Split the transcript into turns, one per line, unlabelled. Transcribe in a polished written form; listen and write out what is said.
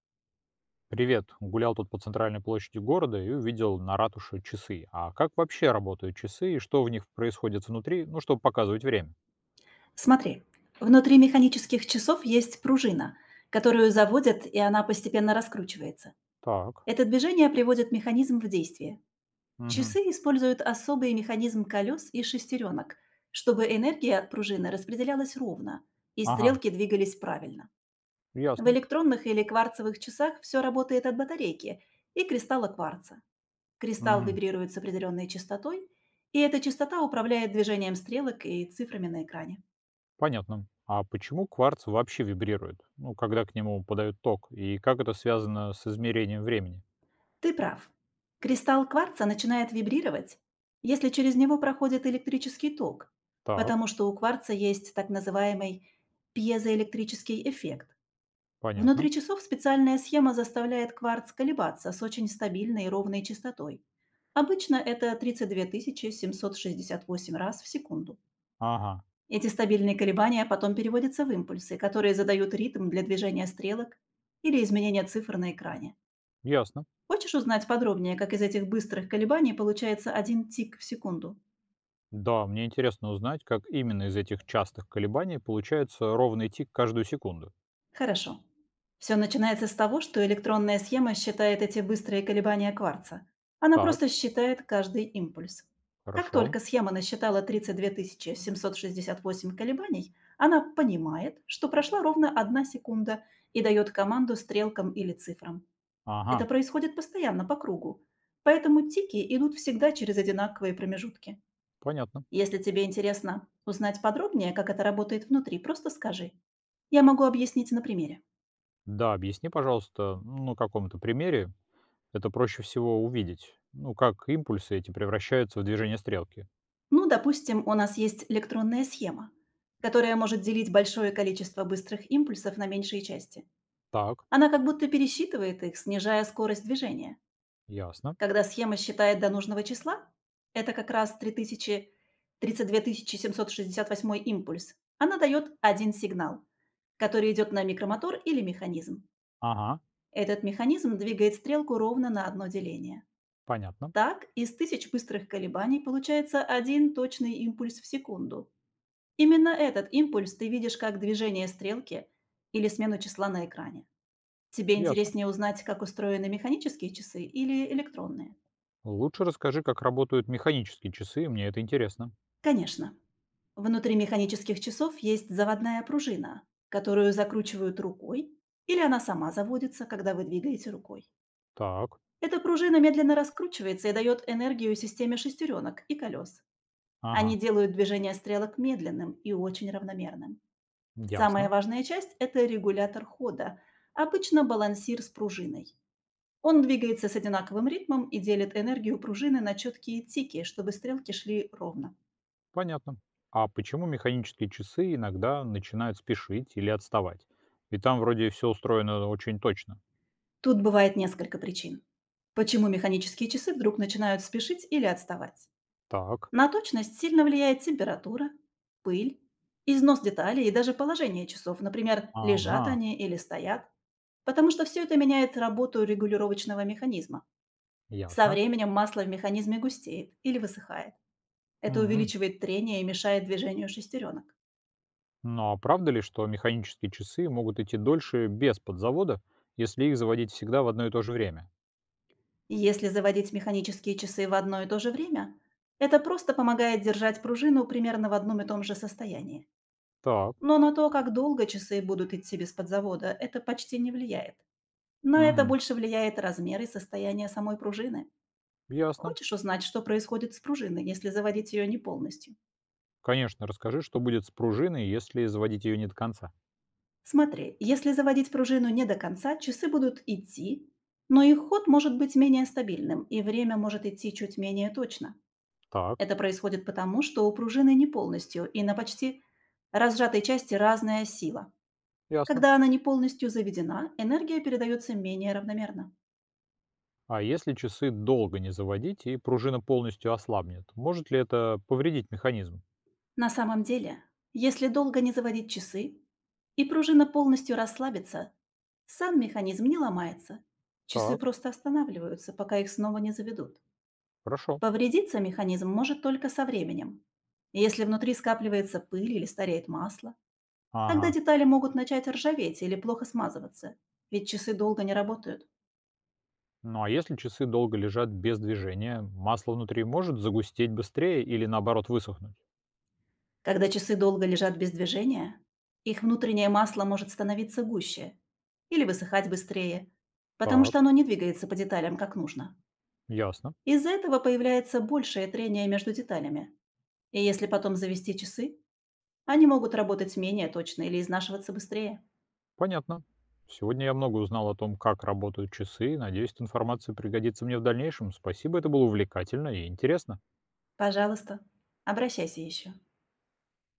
Привет. Гулял тут по центральной площади города и увидел на ратуше часы. А как вообще работают часы и что в них происходит внутри, ну, чтобы показывать время?
Смотри, внутри механических часов есть пружина, которую заводят, и она постепенно раскручивается.
Так.
Это движение приводит механизм в действие.
Мгм.
Часы используют особый механизм колес и шестеренок, чтобы энергия от пружины распределялась ровно, и
Ага.
стрелки двигались правильно. В
Ясно.
электронных или кварцевых часах все работает от батарейки и кристалла кварца. Кристалл
Мгм.
вибрирует с определенной частотой, и эта частота управляет движением стрелок и цифрами на экране.
Понятно. А почему кварц вообще вибрирует? Ну, когда к нему подают ток? И как это связано с измерением времени?
Ты прав. Кристалл кварца начинает вибрировать, если через него проходит электрический ток, потому
Так.
что у кварца есть так называемый пьезоэлектрический эффект.
Понятно.
Внутри часов специальная схема заставляет кварц колебаться с очень стабильной и ровной частотой. Обычно это 32 768 раз в секунду.
Ага.
Эти стабильные колебания потом переводятся в импульсы, которые задают ритм для движения стрелок или изменения цифр на экране.
Ясно.
Хочешь узнать подробнее, как из этих быстрых колебаний получается один тик в секунду?
Да, мне интересно узнать, как именно из этих частых колебаний получается ровный тик каждую секунду.
Хорошо. Все начинается с того, что электронная схема считает эти быстрые колебания кварца. Она
Так.
просто считает каждый импульс. Как
Хорошо.
только схема насчитала 32 768 колебаний, она понимает, что прошла ровно одна секунда и дает команду стрелкам или цифрам. Это
Ага.
происходит постоянно по кругу. Поэтому тики идут всегда через одинаковые промежутки.
Понятно.
Если тебе интересно узнать подробнее, как это работает внутри, просто скажи. Я могу объяснить на примере.
Да, объясни, пожалуйста, ну, на каком-то примере это проще всего увидеть. Ну, как импульсы эти превращаются в движение стрелки.
Ну, Допустим, у нас есть электронная схема, которая может делить большое количество быстрых импульсов на меньшие части.
Так,
Она как будто пересчитывает их, снижая скорость движения.
ясно.
Когда схема считает до нужного числа, это как раз 3000, 32 768 импульс, она дает один сигнал, который идет на микромотор или механизм.
Ага,
Этот механизм двигает стрелку ровно на одно деление.
понятно.
Так, из тысяч быстрых колебаний получается один точный импульс в секунду. Именно этот импульс ты видишь как движение стрелки или смену числа на экране. Тебе
Ясно.
интереснее узнать, как устроены механические часы или электронные?
Лучше расскажи, как работают механические часы, мне это интересно.
Конечно. Внутри механических часов есть заводная пружина, которую закручивают рукой, или она сама заводится, когда вы двигаете рукой.
Так,
Эта пружина медленно раскручивается и дает энергию системе шестеренок и колес. Они
ага,
делают движение стрелок медленным и очень равномерным. Самая
ясно,
важная часть — это регулятор хода, обычно балансир с пружиной. Он двигается с одинаковым ритмом и делит энергию пружины на четкие тики, чтобы стрелки шли ровно.
понятно. А почему механические часы иногда начинают спешить или отставать? И там вроде все устроено очень точно.
Тут бывает несколько причин. Почему механические часы вдруг начинают спешить или отставать?
Так,
На точность сильно влияет температура, пыль, износ деталей и даже положение часов, например,
ага,
лежат они или стоят. Потому что все это меняет работу регулировочного механизма. Со
ясно.
временем масло в механизме густеет или высыхает. Это
Мгм.
увеличивает трение и мешает движению шестеренок.
Но правда ли, что механические часы могут идти дольше без подзавода, если их заводить всегда в одно и то же время?
Если заводить механические часы в одно и то же время, это просто помогает держать пружину примерно в одном и том же состоянии.
Так,
Но на то, как долго часы будут идти без подзавода, это почти не влияет. На это
мгм,
больше влияет размер и состояние самой пружины.
ясно.
Хочешь узнать, что происходит с пружиной, если заводить ее не полностью?
Конечно, расскажи, что будет с пружиной, если заводить ее не до конца.
Смотри, если заводить пружину не до конца, часы будут идти, но их ход может быть менее стабильным, и время может идти чуть менее точно.
Так,
Это происходит потому, что у пружины не полностью и на почти разжатой части разная сила.
ясно.
Когда она не полностью заведена, энергия передается менее равномерно.
А если часы долго не заводить и пружина полностью ослабнет, может ли это повредить механизм?
На самом деле, если долго не заводить часы, и пружина полностью расслабится, сам механизм не ломается. Часы
Так,
просто останавливаются, пока их снова не заведут.
хорошо.
Повредиться механизм может только со временем. Если внутри скапливается пыль или стареет масло, тогда
Ага.
детали могут начать ржаветь или плохо смазываться, ведь часы долго не работают.
Ну а если часы долго лежат без движения, масло внутри может загустеть быстрее или наоборот высохнуть?
Когда часы долго лежат без движения, их внутреннее масло может становиться гуще или высыхать быстрее, потому что
Так,
оно не двигается по деталям как нужно.
ясно.
Из-за этого появляется большее трение между деталями, и если потом завести часы, они могут работать менее точно или изнашиваться быстрее.
Понятно. Сегодня я много узнал о том, как работают часы. Надеюсь, эта информация пригодится мне в дальнейшем. Спасибо, это было увлекательно и интересно.
Пожалуйста, обращайся еще.